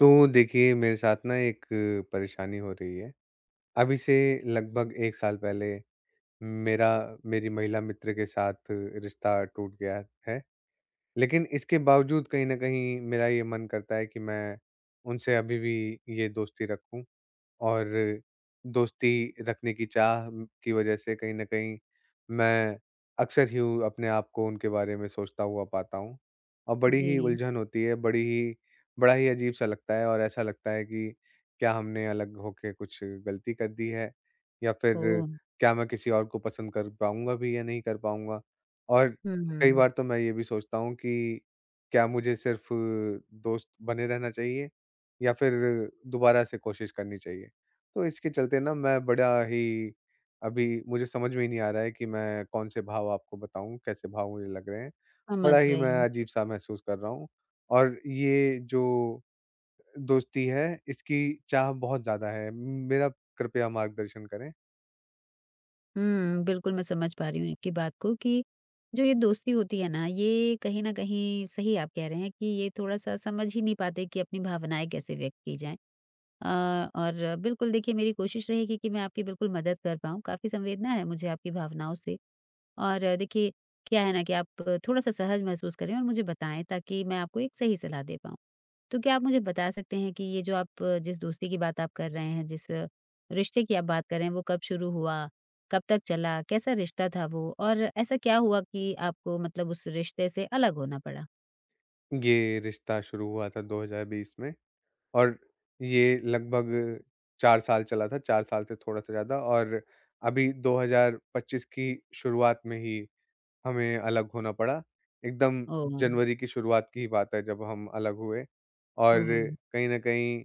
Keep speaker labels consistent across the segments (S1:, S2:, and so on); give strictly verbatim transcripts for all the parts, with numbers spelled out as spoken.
S1: तो देखिए मेरे साथ ना एक परेशानी हो रही है। अभी से लगभग एक साल पहले मेरा मेरी महिला मित्र के साथ रिश्ता टूट गया है। लेकिन इसके बावजूद कहीं न कहीं मेरा ये मन करता है कि मैं उनसे अभी भी ये दोस्ती रखूँ। और दोस्ती रखने की चाह म की वजह से कहीं न कहीं मैं अक्सर ही उ अपने आप को उनके बारे में सोचता हुआ पाता हूँ, और बड़ी ही
S2: जी।
S1: उलझन होती है। बड़ी ही बड़ा ही अजीब-सा लगता है, और ऐसा लगता है कि क्या हमने अलग होके कुछ गलती कर दी है? या फिर
S2: ओह!
S1: क्या मैं किसी और को पसंद कर पाऊँगा भी या नहीं कर पाऊँगा? और कई
S2: हुँ,
S1: बार तो मैं ये भी सोचता हूँ कि क्या मुझे सिर्फ़ दोस्त बने रहना चाहिए या फिर दोबारा से कोशिश करनी चाहिए? तो इसके चलते ना मैं बड़ा ही अभी मुझे समझ में ही नहीं आ रहा है कि मैं कौन से भाव आपको बताऊं, कैसे भाव मुझे लग रहे हैं। बड़ा
S2: समझ
S1: ही
S2: रही
S1: मैं
S2: हूँ।
S1: अजीब सा महसूस कर रहा हूँ, और ये जो दोस्ती है इसकी चाह बहुत ज्यादा है मेरा। कृपया मार्गदर्शन करें।
S2: हुँ, बिल्कुल मैं समझ पा रही हूँ आपकी बात को कि जो ये दोस्ती होती है ना, ये कहीं न कहीं सही आप कह रहे हैं कि ये थोड़ा-सा समझ ही नहीं पाते कि अपनी भावनाएँ कैसे व्यक्त की जाएँ। अ, और बिल्कुल देखिए मेरी कोशिश रहेगी कि मैं आपकी बिल्कुल मदद कर पाऊँ, काफ़ी संवेदना है मुझे आपकी भावनाओं से। और देखिए क्या है ना कि आप थोड़ा-सा सहज महसूस करें और मुझे बताएँ ताकि मैं आपको एक सही सलाह दे पाऊँ। तो क्या आप मुझे बता सकते हैं कि ये जो आप अ, जिस दोस्ती की बात आप कर रहे हैं, जिस अ, रिश्ते की आप बात कर रहे हैं, वो कब शुरू हुआ? कब तक चला? कैसा रिश्ता था वो? और ऐसा क्या हुआ कि आपको मतलब उस रिश्ते से अलग होना पड़ा?
S1: ये रिश्ता शुरू हुआ था दो हज़ार बीस में, और ये लगभग चार साल चला था, चार साल से थोड़ा सा ज्यादा, और अभी दो हज़ार पच्चीस की शुरुआत में ही हमें अलग होना पड़ा। एकदम
S2: ओह!
S1: जनवरी की शुरुआत की ही बात है जब हम अलग हुए, और
S2: ओहो!
S1: कहीं न कहीं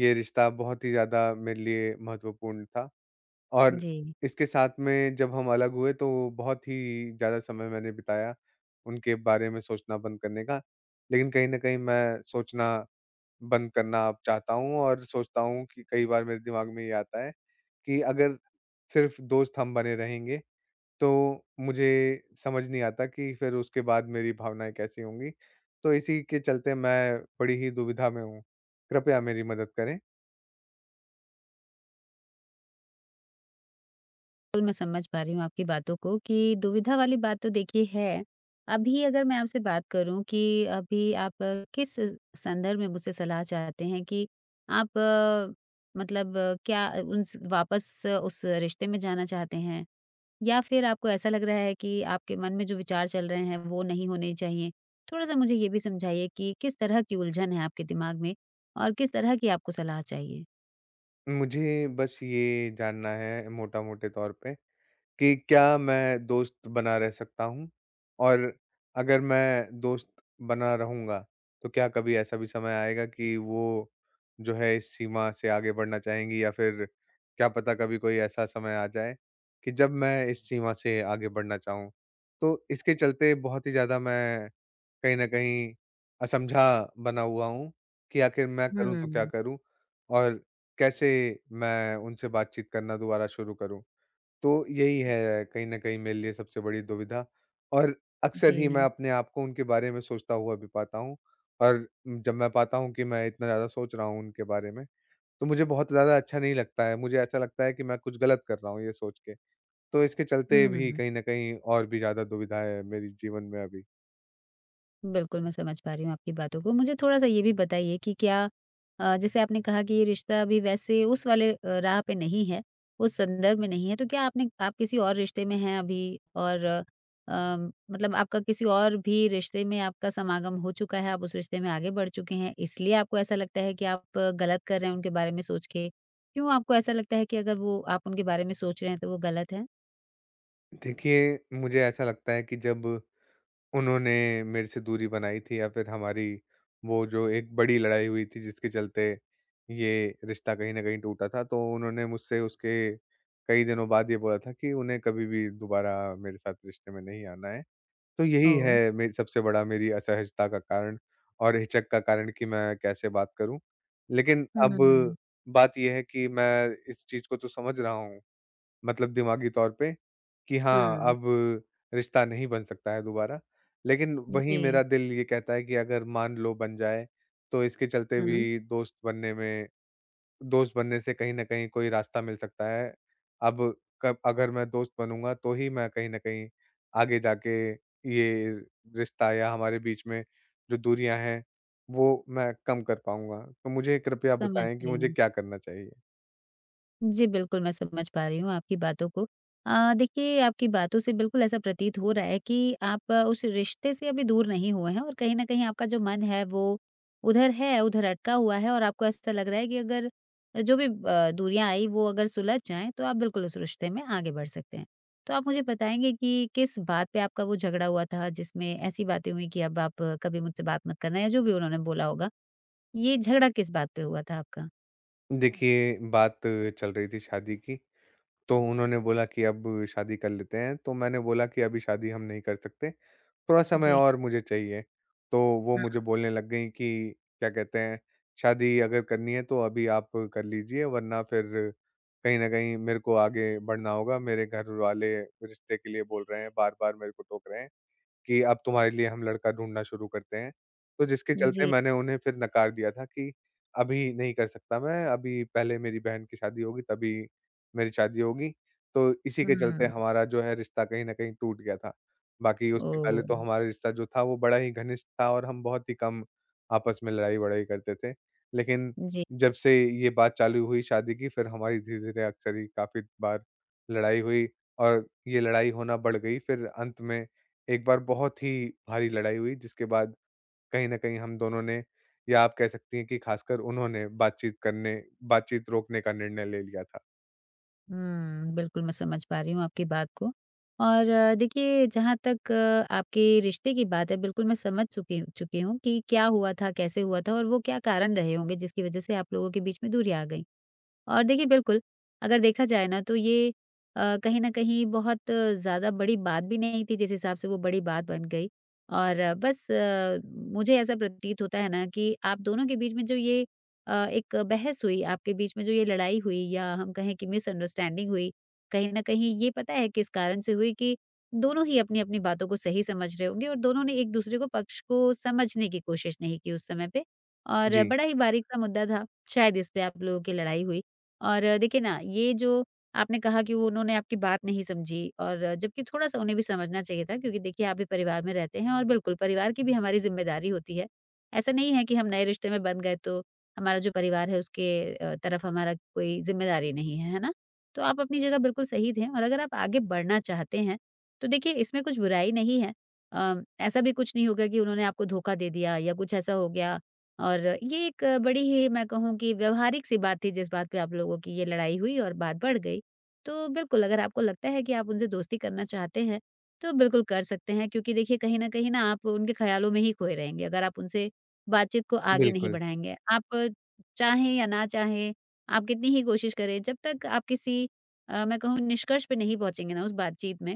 S1: ये रिश्ता बहुत ही ज़्यादा मेरे लिए महत्वपूर्ण था। और
S2: जी।
S1: इसके साथ में जब हम अलग हुए तो बहुत ही ज़्यादा समय मैंने बिताया उनके बारे में सोचना बंद करने का। लेकिन कहीं न कहीं मैं सोचना बंद करना अब चाहता हूँ, और सोचता हूँ कि कई बार मेरे दिमाग में ये आता है कि अगर सिर्फ़ दोस्त हम बने रहेंगे तो मुझे समझ नहीं आता कि फिर उसके बाद मेरी भावनाएँ कैसी होंगी। तो इसी के चलते मैं बड़ी ही दुविधा में हूँ। कृपया मेरी मदद करें।
S2: बिल्कुल, मैं समझ पा रही हूँ आपकी बातों को कि दुविधा वाली बात तो देखिए है। अभी अगर मैं आपसे बात करूँ कि अभी आप अ, किस संदर्भ में मुझसे सलाह चाहते हैं कि आप अ, मतलब अ, क्या उन स वापस अ, उस रिश्ते में जाना चाहते हैं? या फिर आपको ऐसा लग रहा है कि आपके मन में जो विचार चल रहे हैं वो नहीं होने चाहिए? थोड़ा-सा मुझे ये भी समझाइए कि किस तरह की उलझन है आपके दिमाग में और किस तरह की आपको सलाह चाहिए?
S1: मुझे बस ये जानना है मोटा-मोटे तौर पे कि क्या मैं दोस्त बना रह सकता हूँ? और अगर मैं दोस्त बना रहूँगा, तो क्या कभी ऐसा भी समय आएगा कि वो जो है इस सीमा से आगे बढ़ना चाहेंगी, या फिर क्या पता कभी कोई ऐसा समय आ जाए कि जब मैं इस सीमा से आगे बढ़ना चाहूँ? तो इसके चलते बहुत ही ज़्यादा मैं कहीं न कहीं असमझा बना हुआ हूँ कि आखिर मैं करूँ तो क्या
S2: हुँ।
S1: करूँ? और कैसे मैं उनसे बातचीत करना दोबारा शुरू करूँ? तो यही है कहीं न कहीं मेरे लिए सबसे बड़ी दुविधा, और अक्सर ही मैं
S2: जी।
S1: अपने आप को उनके बारे में सोचता हुआ भी पाता हूँ। और जब मैं पाता हूँ कि मैं इतना ज़्यादा सोच रहा हूँ उनके बारे में, तो मुझे बहुत ज़्यादा अच्छा नहीं लगता है। मुझे ऐसा लगता है कि मैं कुछ गलत कर रहा हूँ ये सोच के। तो इसके चलते भी
S2: हुँ।
S1: कहीं न कहीं और भी ज़्यादा दुविधा है मेरी जीवन में अभी।
S2: बिल्कुल, मैं समझ पा रही हूँ आपकी बातों को। मुझे थोड़ा-सा ये भी बताइए कि क्या अ, जैसे आपने कहा कि ये रिश्ता अभी वैसे उस वाले अ, राह पे नहीं है, उस संदर्भ में नहीं है, तो क्या आपने आप किसी और रिश्ते में हैं अभी? और अ, अम, मतलब आपका किसी और भी रिश्ते में आपका समागम हो चुका है, आप उस रिश्ते में आगे बढ़ चुके हैं, इसलिए आपको ऐसा लगता है कि आप अ, गलत कर रहे हैं उनके बारे में सोच के? क्यों आपको ऐसा लगता है कि अगर वो आप उनके बारे में सोच रहे हैं, तो वो गलत है?
S1: देखिए, मुझे ऐसा लगता है कि जब उन्होंने मेरे से दूरी बनाई थी, या फिर हमारी वो जो एक बड़ी लड़ाई हुई थी जिसके चलते ये रिश्ता कहीं न कहीं टूटा था, तो उन्होंने मुझसे उसके कई दिनों बाद ये बोला था कि उन्हें कभी भी दोबारा मेरे साथ रिश्ते में नहीं आना है। तो यही
S2: ओह!
S1: है मेरी सबसे बड़ा मेरी असहजता का कारण और हिचक का कारण कि मैं कैसे बात करूँ। लेकिन
S2: हुँ,
S1: अब
S2: हुँ।
S1: बात ये है कि मैं इस चीज़ को तो समझ रहा हूँ, मतलब दिमागी तौर पे, कि हाँ,
S2: हुँ।
S1: अब रिश्ता नहीं बन सकता है दोबारा। लेकिन वहीं
S2: जी।
S1: मेरा दिल ये कहता है कि अगर मान लो बन जाए, तो इसके चलते
S2: हुँ।
S1: भी दोस्त बनने में दोस्त बनने से कहीं न कहीं कोई रास्ता मिल सकता है। अब कब अगर मैं दोस्त बनूँगा, तो ही मैं कहीं न कहीं आगे जाके ये रिश्ता या हमारे बीच में जो दूरियाँ हैं, वो मैं कम कर पाऊँगा। तो मुझे कृपया
S2: समझ
S1: बताएँ कि
S2: रही
S1: मुझे
S2: हूँ।
S1: क्या करना चाहिए?
S2: जी, बिल्कुल, मैं समझ पा रही हूँ आपकी बातों को। अ, देखिए, आपकी बातों से बिल्कुल ऐसा प्रतीत हो रहा है कि आप आ, उस रिश्ते से अभी दूर नहीं हुए हैं और कहीं न कहीं आपका जो मन है, वो उधर है, उधर अटका हुआ है और आपको ऐसा लग रहा है कि अगर जो भी अ, दूरियाँ आई, वो अगर सुलझ जाएँ, तो आप बिल्कुल उस रिश्ते में आगे बढ़ सकते हैं। तो आप मुझे बताएँगे कि किस बात पे आपका वो झगड़ा हुआ था, जिसमें ऐसी बातें हुई कि अब आप आ, कभी मुझसे बात मत करना या जो भी उन्होंने बोला होगा? ये झगड़ा किस बात पे हुआ था आपका?
S1: देखिए, बात चल रही थी शादी की। तो उन्होंने बोला कि अब शादी कर लेते हैं, तो मैंने बोला कि अभी शादी हम नहीं कर सकते, थोड़ा समय
S2: जी।
S1: और मुझे चाहिए। तो वो मुझे
S2: हाँ।
S1: बोलने लग गईं कि क्या कहते हैं, शादी अगर करनी है तो अभी आप कर लीजिए, वरना फिर कहीं न कहीं मेरे को आगे बढ़ना होगा, मेरे घर वाले रिश्ते के लिए बोल रहे हैं, बार-बार मेरे को टोक रहे हैं कि अब तुम्हारे लिए हम लड़का ढूँढना शुरू करते हैं। तो जिसके चलते
S2: जी,
S1: मैंने उन्हें फिर नकार दिया था कि अभी नहीं कर सकता मैं, अभी पहले मेरी बहन की शादी होगी तभी मेरी शादी होगी। तो इसी के चलते
S2: हुँ।
S1: हमारा जो है रिश्ता कहीं न कहीं टूट गया था। बाकी उसके पहले
S2: ओह!
S1: तो हमारा रिश्ता जो था वो बड़ा ही घनिष्ठ था, और हम बहुत ही कम आपस में लड़ाई-वड़ाई करते थे। लेकिन
S2: जी।
S1: जब से ये बात चालू हुई शादी की, फिर हमारी धीरे-धीरे अक्सर ही काफ़ी बार लड़ाई हुई, और ये लड़ाई होना बढ़ गई। फिर अंत में एक बार बहुत ही भारी लड़ाई हुई, जिसके बाद कहीं न कहीं हम दोनों ने, या आप कह सकती हैं कि ख़ासकर उन्होंने, बातचीत करने बातचीत रोकने का निर्णय ले लिया था।
S2: हुँ, बिल्कुल मैं समझ पा रही हूँ आपकी बात को और अ, देखिए जहाँ तक अ, आपके रिश्ते की बात है बिल्कुल मैं समझ चुकी चुकी हूँ कि क्या हुआ था, कैसे हुआ था और वो क्या कारण रहे होंगे जिसकी वज़ह से आप लोगों के बीच में दूरी आ गई। और देखिए बिल्कुल, अगर देखा जाए ना तो ये अ, कहीं न कहीं बहुत ज़्यादा बड़ी बात भी नहीं थी जिस हिसाब से वो बड़ी बात बन गई। और अ, बस अ, मुझे ऐसा प्रतीत होता है ना कि आप दोनों के बीच में जो ये अ, एक बहस हुई, आपके बीच में जो ये लड़ाई हुई या हम कहें कि मिसअंडरस्टैंडिंग हुई, कहीं न कहीं ये पता है किस कारण से हुई कि दोनों ही अपनी-अपनी बातों को सही समझ रहे होंगे और दोनों ने एक दूसरे को पक्ष को समझने की कोशिश नहीं की उस समय पे और
S1: जी,
S2: बड़ा ही बारीक-सा मुद्दा था, शायद इस पे आप लोगों की लड़ाई हुई। और अ, देखिए ना, ये जो आपने कहा कि वो उन्होंने आपकी बात नहीं समझी और अ, जबकि थोड़ा-सा उन्हें भी समझना चाहिए था क्योंकि देखिए आप भी परिवार में रहते हैं और बिल्कुल परिवार की भी हमारी ज़िम्मेदारी होती है। ऐसा नहीं है कि हम नए रिश्ते में बंध गए तो हमारा जो परिवार है उसके अ, तरफ हमारा कोई ज़िम्मेदारी नहीं है, है ना? तो आप अपनी जगह बिल्कुल सही थे और अगर आप आगे बढ़ना चाहते हैं, तो देखिए इसमें कुछ बुराई नहीं है। अ, ऐसा भी कुछ नहीं होगा कि उन्होंने आपको धोखा दे दिया या कुछ ऐसा हो गया और ये एक बड़ी ही मैं कहूँ कि व्यवहारिक सी बात थी जिस बात पे आप लोगों की ये लड़ाई हुई और बात बढ़ गई। तो बिल्कुल अगर आपको लगता है कि आप उनसे दोस्ती करना चाहते हैं, तो बिल्कुल कर सकते हैं क्योंकि देखिए कहीं न कहीं ना आप उनके ख़्यालों में ही खोए रहेंगे अगर आप उनसे बातचीत को आगे नहीं
S1: बिल्कुल।
S2: बढ़ाएँगे। आप चाहें या ना चाहें, आप कितनी ही कोशिश करें, जब तक आप किसी अ, मैं कहूँ निष्कर्ष पे नहीं पहुँचेंगे ना उस बातचीत में,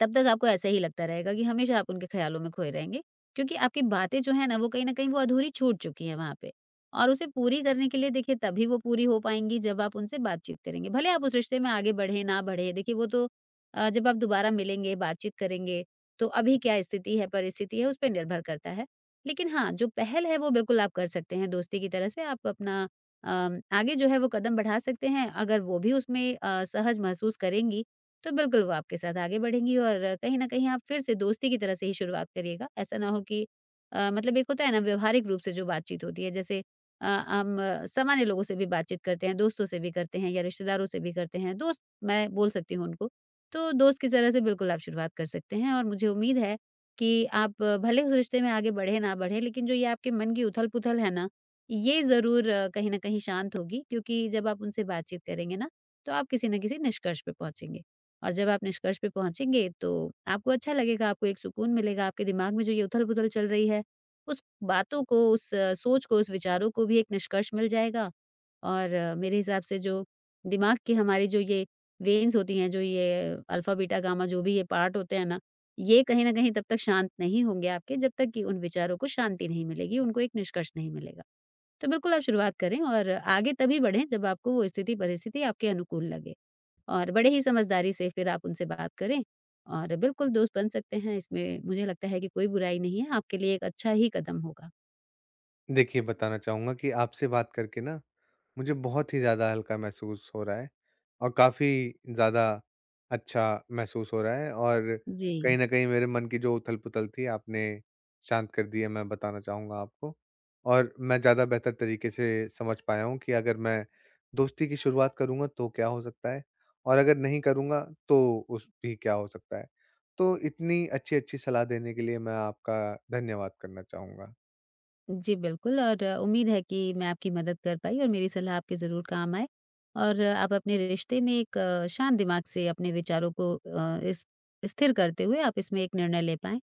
S2: तब तक आपको ऐसा ही लगता रहेगा कि हमेशा आप उनके ख़्यालों में खोए रहेंगे, क्योंकि आपकी बातें जो हैं ना वो कहीं न कहीं वो अधूरी छूट चुकी हैं वहाँ पे। और उसे पूरी करने के लिए देखिए तभी वो पूरी हो पाएँगी जब आप उनसे बातचीत करेंगे। भले आप उस रिश्ते में आगे बढ़े ना बढ़े देखिए वो तो अ, जब आप दोबारा मिलेंगे, बातचीत करेंगे तो अभी क्या स्थिति है, परिस्थिति है उस पे निर्भर करता है। लेकिन हाँ, जो पहल है वो बिल्कुल आप कर सकते हैं दोस्ती की तरह से आप अपना अ, आगे जो है वो कदम बढ़ा सकते हैं। अगर वो भी उसमें अ, सहज महसूस करेंगी तो बिल्कुल वो आपके साथ आगे बढ़ेंगी और कहीं न कहीं आप फिर से दोस्ती की तरह से ही शुरुआत करिएगा। ऐसा ना हो कि अ, मतलब एक होता है ना व्यवहारिक रूप से जो बातचीत होती है जैसे अ, हम अ, सामान्य लोगों से भी बातचीत करते हैं, दोस्तों से भी करते हैं या रिश्तेदारों से भी करते हैं, दोस्त मैं बोल सकती हूँ उनको। तो दोस्त की तरह से बिल्कुल आप शुरुआत कर सकते हैं और मुझे उम्मीद है कि आप अ, भले उस रिश्ते में आगे बढ़े ना बढ़े लेकिन जो ये आपके मन की उथल-पुथल है ना, ये ज़रूर कहीं न कहीं शांत होगी क्योंकि जब आप उनसे बातचीत करेंगे ना, तो आप किसी न किसी निष्कर्ष पे पहुँचेंगे। और जब आप निष्कर्ष पे पहुँचेंगे तो आपको अच्छा लगेगा, आपको एक सुकून मिलेगा, आपके दिमाग में जो ये उथल-पुथल चल रही है, उस बातों को, उस अ, सोच को, उस विचारों को भी एक निष्कर्ष मिल जाएगा। और अ, मेरे हिसाब से जो दिमाग की हमारी जो ये वेन्स होती हैं, जो ये अल्फा, बीटा, गामा जो भी ये पार्ट होते हैं ना, ये कहीं न कहीं तब तक शांत नहीं होंगे आपके जब तक कि उन विचारों को शांति नहीं मिलेगी, उनको एक निष्कर्ष नहीं मिलेगा। तो बिल्कुल आप शुरुआत करें और आगे तभी बढ़ें जब आपको वो स्थिति, परिस्थिति आपके अनुकूल लगे। और बड़े ही समझदारी से फिर आप उनसे बात करें और बिल्कुल दोस्त बन सकते हैं, इसमें मुझे लगता है कि कोई बुराई नहीं है, आपके लिए एक अच्छा ही कदम होगा।
S1: देखिए, बताना चाहूँगा कि आपसे बात करके ना मुझे बहुत ही ज़्यादा हल्का महसूस हो रहा है, और काफ़ी ज़्यादा अच्छा महसूस हो रहा है। और
S2: जी।
S1: कहीं न कहीं मेरे मन की जो उथल-पुथल थी, आपने शांत कर दी है, मैं बताना चाहूँगा आपको। और मैं ज़्यादा बेहतर तरीके से समझ पाया हूँ कि अगर मैं दोस्ती की शुरुआत करूँगा तो क्या हो सकता है, और अगर नहीं करूँगा तो उस भी क्या हो सकता है। तो इतनी अच्छी-अच्छी सलाह देने के लिए मैं आपका धन्यवाद करना चाहूँगा।
S2: जी, बिल्कुल और अ, उम्मीद है कि मैं आपकी मदद कर पाई और मेरी सलाह आपके ज़रूर काम आए और अ, आप अपने रिश्ते में एक अ, शांत दिमाग से अपने विचारों को अ, इस स्थिर करते हुए आप इसमें एक निर्णय ले पाएँ।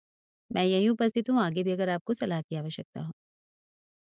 S2: मैं यहीं उपस्थित हूँ, आगे भी अगर आपको सलाह की आवश्यकता हो।